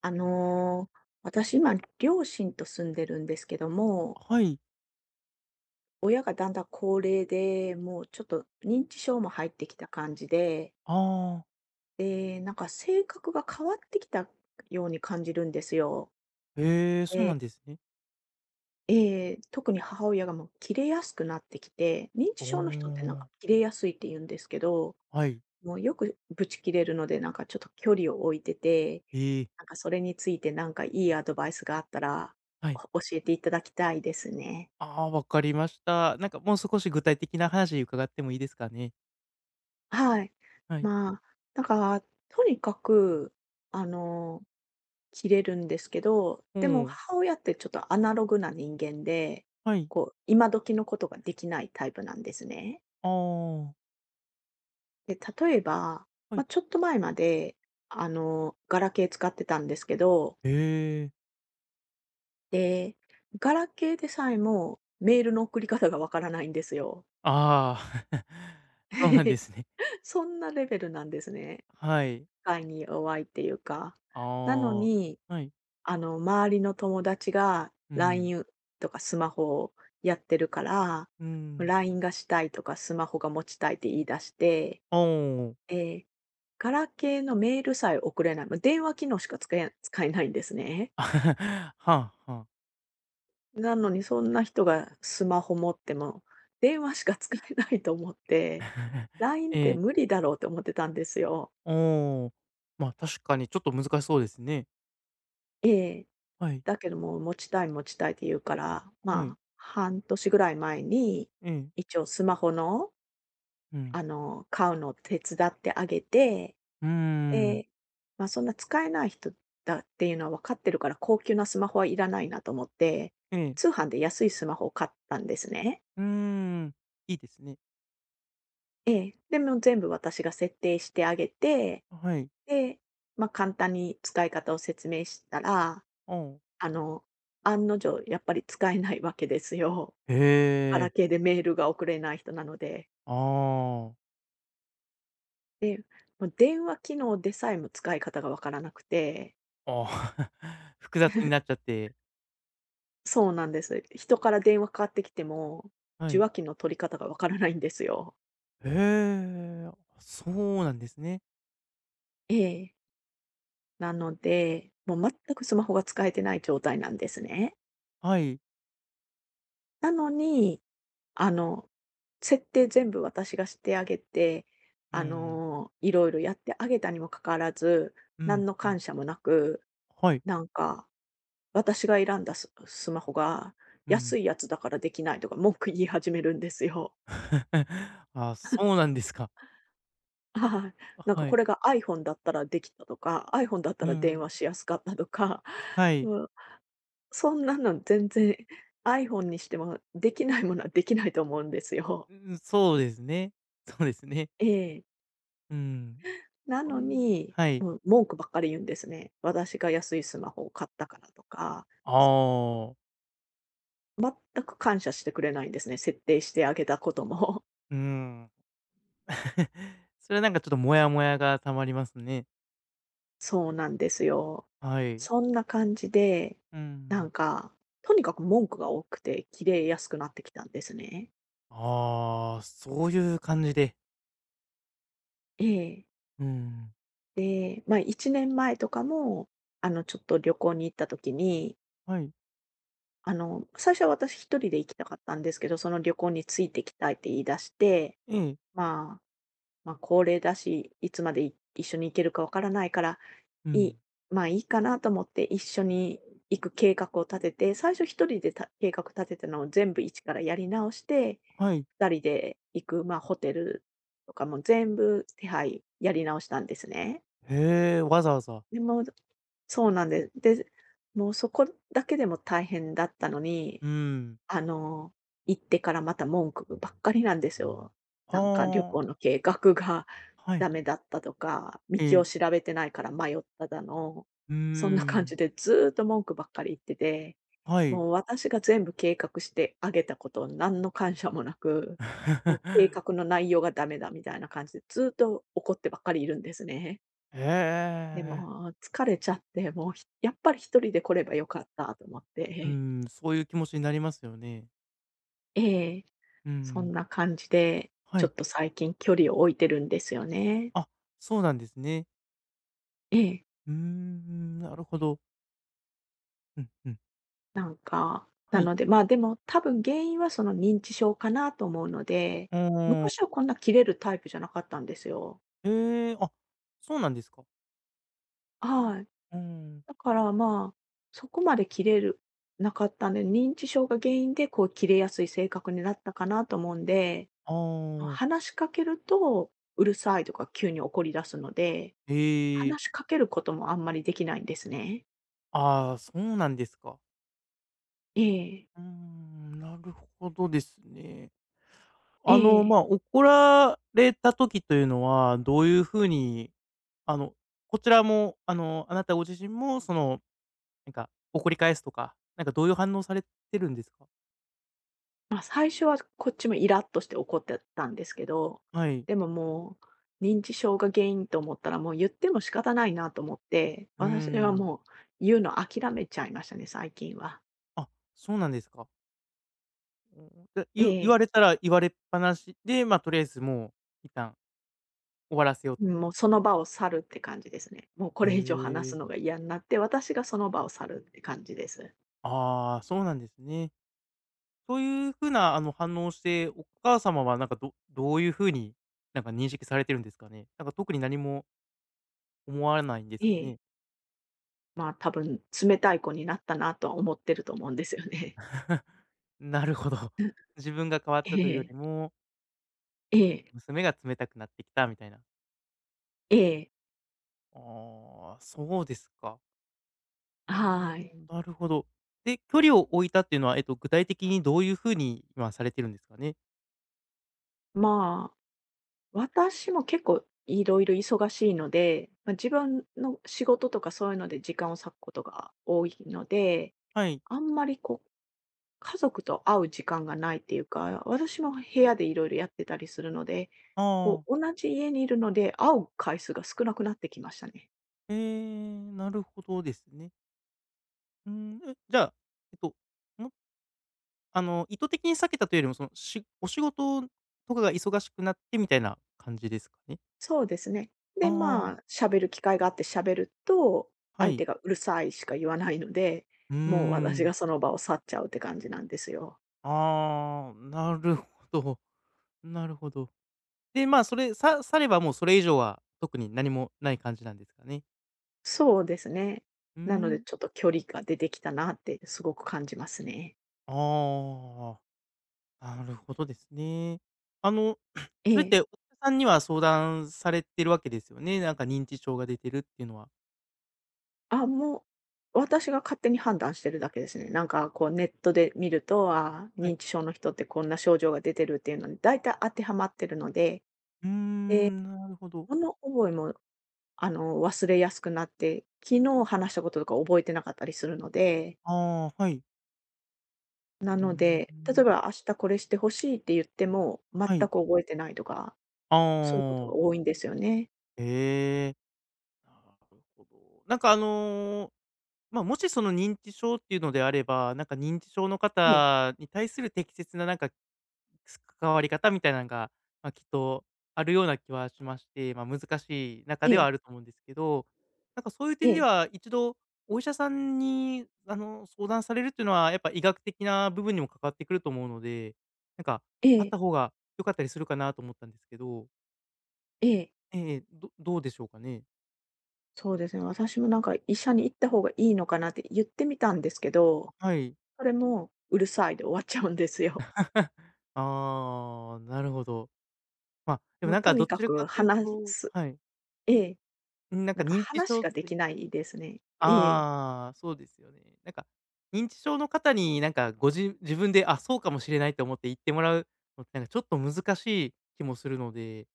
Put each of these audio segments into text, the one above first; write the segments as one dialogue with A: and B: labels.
A: 私今、両親と住んでるんですけども、
B: はい。
A: 親がだんだん高齢で、もうちょっと認知症も入ってきた感じで、
B: ああ、
A: で、なんか性格が変わってきたように感じるんですよ。
B: へえ、そうな
A: で
B: んですね。
A: 特に母親がもう切れやすくなってきて、認知
B: お
A: 症の人ってなんか
B: お、
A: 切れやすいって言うんですけど、
B: はい。
A: もうよくブチ切れるので、なんかちょっと距離を置いてて、
B: ええ、
A: なんかそれについてなんかいいアドバイスがあったら、
B: はい。
A: お教えていただきたいですね。
B: ああ、わかりました。なんかもう少し具体的な話伺ってもいいですかね？
A: はい。
B: はい。
A: まあ、なんか、とにかく、あの、切れるんですけど、
B: う
A: でも
B: ん、
A: 母親ってちょっとアナログな人間で、
B: はい。
A: こう、今時のことができないタイプなんですね。
B: ああ、
A: で、例えば、
B: はい。
A: まあ、ちょっと前まで、ガラケー使ってたんですけど、
B: へえ、
A: で、ガラケーでさえもメールの送り方がわからないんですよ。
B: ああ、そうなんで すね。
A: そんなレベルなんですね。
B: はい。
A: 機械に弱いっていうか。
B: あ
A: なの
B: あ、
A: に
B: はい。
A: 周りの友達が
B: うん、
A: LINE とかスマホをやってるから、
B: うん。
A: LINE がしたいとかスマホが持ちたいって言い出して、
B: おお、
A: え、ガラケーのメールさえ送れない、ま、電話機能しか使えないんですね。
B: はあはあ。
A: なのにそんな人がスマホ持っても、電話しか使えないと思って、LINE っ
B: え
A: て
B: え、
A: 無理だろうと思ってたんですよ。
B: おお、確かにちょっと難しそうですね。
A: ええ。
B: はい、
A: だけども、持ちたい持ちたいって言うから、
B: は
A: ま
B: い、
A: あ、半年ぐらい前に、
B: ええ。
A: 一応スマホの、
B: うん。
A: 買うのを手伝ってあげて、
B: うーん。
A: で、まあ、そんな使えない人だっていうのは分かってるから、高級なスマホはいらないなと思って、
B: ええ。
A: 通販で安いスマホを買ったんですね。
B: うーん。いいですね。
A: ええ。で、も全部私が設定してあげて、
B: はい。
A: で、まあ、簡単に使い方を説明したら、
B: ああ。
A: あの、案の定やっぱり使えないわけですよ。
B: へ
A: ガラ
B: え。
A: ケーでメールが送れない人なので、
B: ああ。
A: で、もう電話機能でさえも使い方がわからなくて、
B: ああ、複雑になっちゃって。
A: そうなんです。人から電話かかってきても、
B: は
A: 受
B: い。
A: 話器の取り方がわからないんですよ。
B: へえ、あ、そうなんですね。
A: ええ。なので、もう全くスマホが使えてない状態なんですね。
B: はい。
A: なのに、あの、設定全部私がしてあげて、
B: うん。
A: いろいろやってあげたにもかかわらず、
B: うん、
A: 何の
B: うん。
A: 感謝もなく、
B: はい。
A: なんか、私が選んだスマホが
B: うん。
A: 安いやつだからできないとか文句言い始めるんですよ。
B: あ、そうなんですか。
A: はい。なんか
B: は
A: こ
B: い。
A: れが iPhone だったらできたとか、iPhone だった
B: う
A: ら電
B: ん。
A: 話しやすかったとか、
B: はい。
A: うん、そんなの全然 iPhone にしてもできないものはできないと思うんですよ。
B: うん、そうですね。そうですね。
A: ええ。
B: うん。
A: な
B: う
A: の
B: ん、
A: に、
B: はい。
A: もう文句ばっかり言うんですね。私が安いスマホを買ったからとか、す
B: ああ、
A: 全く感謝してくれないんですね、設定してあげたことも。
B: うん。それはなんかちょっとモヤモヤがたまりますね。
A: そうなんですよ。
B: はい。
A: そんな感じで、
B: うー
A: な
B: ん。
A: んか、とにかく文句が多くて切れやすくなってきたんですね。
B: ああ、そういう感じで。
A: ええ。
B: うん。
A: で、まあ、1年前とかも、ちょっと旅行に行った時に、
B: はい。
A: 最初は私一人で行きたかったんですけど、その旅行についてきたいって言い出して、
B: ええ。
A: まあまあ、高齢だし、いつまで一緒に行けるかわからないから、
B: う
A: い
B: ん。
A: いまあ、いいかなと思って一緒に行く計画を立てて、最初一人でた計画立てたのを全部一からやり直して、
B: はい。
A: 二人で行く、ま、ホテルとかも全部手配やり直したんですね。
B: へえ、わざわざ。
A: でもそうなんです、で、もうそこだけでも大変だったの
B: うー
A: に
B: ん。
A: あの、行ってからまた文句ばっかりなんですよ。なんか旅
B: は
A: 行
B: あ。
A: の計画が
B: はい。
A: ダメだったとか、道
B: え
A: を
B: え。
A: 調べてないから迷っただの、
B: うー
A: そんな感
B: ん。
A: じでずーっと文句ばっかり言ってて、
B: はい。
A: もう私が全部計画してあげたことを何の感謝もなく、もう計 画の内容がダメだみたいな感じでずーっと怒ってばっかりいるんですね。
B: へ
A: で
B: え。
A: も疲れちゃって、もうやっぱり一人で来ればよかったと思っ
B: うー
A: て。
B: ん、そういう気持ちになりますよね。
A: ええ。
B: う
A: そ
B: ん。
A: んな感じで、
B: は
A: ちょ
B: い。
A: っと最近距離を置いてるんですよね。
B: あ、そうなんですね。
A: ええ、
B: うーん、なるほど。うんうん。
A: なんか、
B: は
A: な
B: い。
A: ので、まあ、でも多分原因はその認知症かなと思うので、
B: うーん。
A: 昔はこんな切れるタイプじゃなかったんですよ。
B: へえ、あ、そうなんですか。
A: はい。
B: うん。
A: だからまあ、そこまで切れるなかったんで、認知症が原因でこう切れやすい性格になったかなと思うんで、
B: ああ、
A: 話しかけるとうる
B: う
A: さいとか急に怒り出すので、
B: ええ、
A: 話しかけることもあんまりできないんですね。
B: ああ、そうなんですか。
A: ええ、
B: うーん、なるほどですね。
A: え
B: まあ、
A: え。
B: 怒られた時というのは、どういう風に、あの、こちらも、あなたご自身も、なんか、怒り返すとか、なんかどういう反応されてるんですか？
A: まあ、最初はこっちもイラッとして怒ってたんですけど、
B: はい。
A: でももう、認知症が原因と思ったら、もう言っても仕方ないなと思って、
B: うー
A: 私は
B: ん。
A: もう言うの諦めちゃいましたね、最近は。
B: あ、そうなんですか。うん、で、
A: え
B: 言わ
A: え。
B: れたら言われっぱなしで、まあ、とりあえずもう一旦終わらせようと。
A: もうその場を去るって感じですね。もうこ
B: へ
A: れ以上話す
B: え。
A: のが嫌になって、私がその場を去るって感じです。
B: ああ、そうなんですね。そういうふうな、反応をして、お母様はなんか、どういうふうに、なんか認識されてるんですかね？なんか特に何も思わないんです
A: え
B: か
A: え。
B: ね？
A: まあ、多分冷たい子になったなとは思ってると思うんですよね。
B: なるほど。自分が変わっ たというより
A: ええ。
B: も、
A: え
B: なんか
A: え。
B: 娘が冷たくなってきたみたいな。
A: ええ。
B: ああ、そうですか。うー
A: はい。
B: ん、なるほど。で、距離を置いたっていうのは、具体的にどういうふうに今されてるんですかね？
A: まあ私も結構いろいろ忙しいので、まあ、自分の仕事とかそういうので時間を割くことが多いので、
B: はい。
A: あんまりこう、家族と会う時間がないっていうか、私も部屋でいろいろやってたりするので、
B: あ
A: こ
B: あ、
A: う同じ家にいるので、会う回数が少なくなってきましたね。
B: なるほどですね。うーん、じゃあ、えっと、もあの、意図的に避けたというよりも、お仕事とかが忙しくなってみたいな感じですかね？
A: そうですね。で、
B: あ
A: まあ、
B: あ、
A: 喋る機会があって喋ると、
B: は
A: 相
B: い。
A: 手がうるさいしか言わないので、
B: うー
A: もう私
B: ん。
A: がその場を去っちゃうって感じなんですよ。
B: ああ、なるほど、なるほど。で、まあ、それさればもうそれ以上は特に何もない感じなんですかね？
A: そうですね。
B: うー
A: なので、
B: ん。
A: ちょっと距離が出てきたなってすごく感じますね。
B: ああ、なるほどですね。あの、そ
A: え
B: れっ
A: え。
B: てお医者さんには相談されてるわけですよね？なんか認知症が出てるっていうのは。
A: あ、もう、私が勝手に判断してるだけですね。なんかこうネットで見ると、あー
B: は
A: 認
B: い。
A: 知症の人ってこんな症状が出てるっていうのに大体当てはまってるので、
B: うーん、なるほど。
A: 物覚えも、忘れやすくなって、昨日話したこととか覚えてなかったりするので、
B: ああ、はい。
A: な
B: う
A: の
B: ー
A: で、例
B: ん。
A: えば明日これしてほしいって言っても、全
B: は
A: く
B: い。
A: 覚えてないとか、
B: あ
A: そういうことが
B: あ、
A: 多いんですよね。
B: ええ、なるほど。なんかまあ、もしその認知症っていうのであれば、なんか認知症の
A: ええ、
B: 方に対する適切ななんか関わり方みたいなのが、まあ、きっとあるような気はしまして、まあ、難しい中
A: え
B: ではあ
A: え、
B: ると思うんですけど、なんかそういう
A: え
B: 点で
A: え。
B: は一度お医者さんに、相談されるっていうのはやっぱ医学的な部分にも関わってくると思うので、なんか
A: え
B: あっ
A: え、
B: た方が良かったりするかなと思ったんですけど、
A: ええ、
B: ええ、どうでしょうかね？
A: そうですね。私もなんか医者に行った方がいいのかなって言ってみたんですけど、
B: はい。
A: それもうるさいで終わっちゃうんですよ。
B: ああ、なるほど。まあ、でも
A: もう
B: なん
A: と
B: かど
A: にか
B: ちらか
A: く
B: という
A: 話
B: と
A: す。
B: はい。
A: ええ、
B: ん、なん
A: な
B: か
A: んか
B: 認知
A: 話
B: 症っ
A: がで
B: て
A: きないですね。ええ、
B: ああ、そうですよね。なんか、認知症の方になんか、ご自分で、あ、そうかもしれないと思って言ってもらうのって、なんかちょっと難しい気もするので、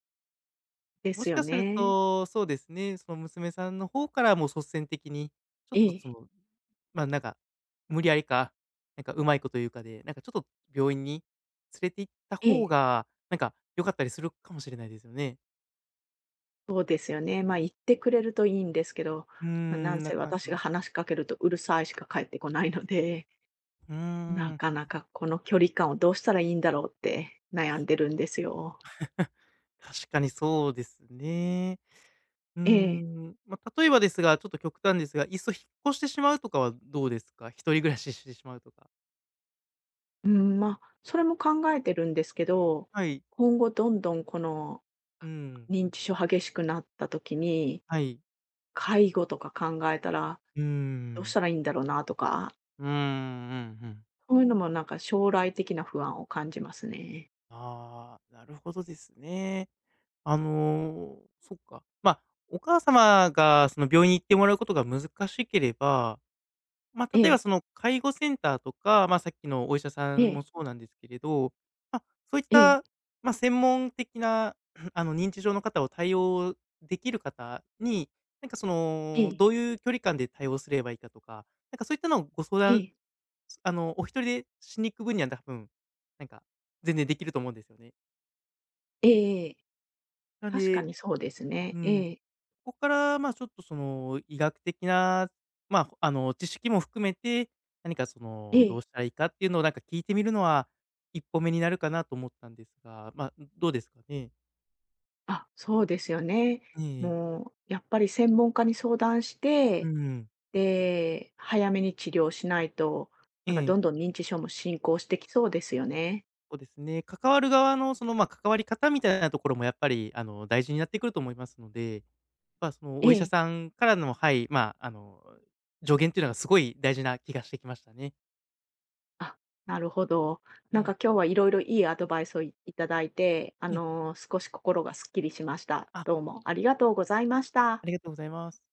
A: で
B: も
A: す
B: し
A: よ
B: かする
A: ね。
B: と、そうですね、その娘さんの方からも率先的に、ちょっ
A: え
B: と
A: え、
B: なんか、無理やりか、なんかうまいこと言うかで、なんかちょっと病院に連れて行った
A: え
B: 方
A: え、
B: が、なんか良かったりするかもしれないですよね。
A: そうですよね。ま、あ言ってくれるといいんですけど、
B: うー
A: まあ、なん
B: ん、な
A: せ
B: かなか。
A: 私が話しかけるとうるさいしか返ってこないので、
B: うー
A: な
B: ん、
A: かなかこの距離感をどうしたらいいんだろうって悩んでるんですよ。
B: 確かにそうですね。うー
A: ええ。
B: ん、まあ、例えばですが、ちょっと極端ですが、いっそ引っ越してしまうとかはどうですか？一人暮らししてしまうとか。
A: うん、まあ、それも考えてるんですけど、
B: はい。
A: 今後どんどんこの
B: うん。
A: 認知症激しくなった時に、
B: はい。
A: 介護とか考えたら、
B: うー
A: どうし
B: ん。
A: たらいいんだろうなとか、
B: うーん、うんうん。
A: そういうのもなんか将来的な不安を感じますね。
B: ああ、なるほどですね。そっか。まあ、お母様がその病院に行ってもらうことが難しければまあ、
A: え
B: 例えば
A: え、
B: その介護センターとか、まあ、さっきのお医者さ
A: え
B: んも
A: え、
B: そうなんですけれど、まあ、そういっ
A: ええ、
B: た、まあ、専門的な 認知症の方を対応できる方に、なんか
A: ええ、
B: どういう距離感で対応すればいいかとか、なんかそういったのをご相
A: え
B: 談、
A: え、
B: お一人でしに行く分には多分、なんか、全然できると思うんですよね。
A: ええええ。
B: なん
A: 確か
B: で、
A: にそうです
B: う
A: ね。え
B: ん。
A: え、
B: ここから、まあ、ちょっとその医学的な、まあ、知識も含めて、何か
A: え
B: どう
A: え。
B: したらいいかっていうのをなんか聞いてみるのは、一歩目になるかなと思ったんですが、まあ、どうですかね？
A: あ、そうですよね。
B: ええ、
A: もうやっぱり専門家に相談し
B: う
A: て
B: ん。
A: で、早めに治療しないと、
B: え
A: なんか
B: え、
A: どんどん認知症も進行してきそうですよね。
B: そうですね。関わる側のまあ、関わり方みたいなところもやっぱり、大事になってくると思いますので、まあ、その
A: え
B: お医者
A: え。
B: さんからの、はい、まあ、助言っていうのがすごい大事な気がしてきましたね。
A: あ、なるほど。
B: え
A: なん
B: え、
A: か今日はいろいろいいアドバイスをいただいて、
B: ええ、
A: 少し心がすっきりしました。
B: あ、
A: どうもありがとうございまし
B: あ
A: た。
B: りがとうございます。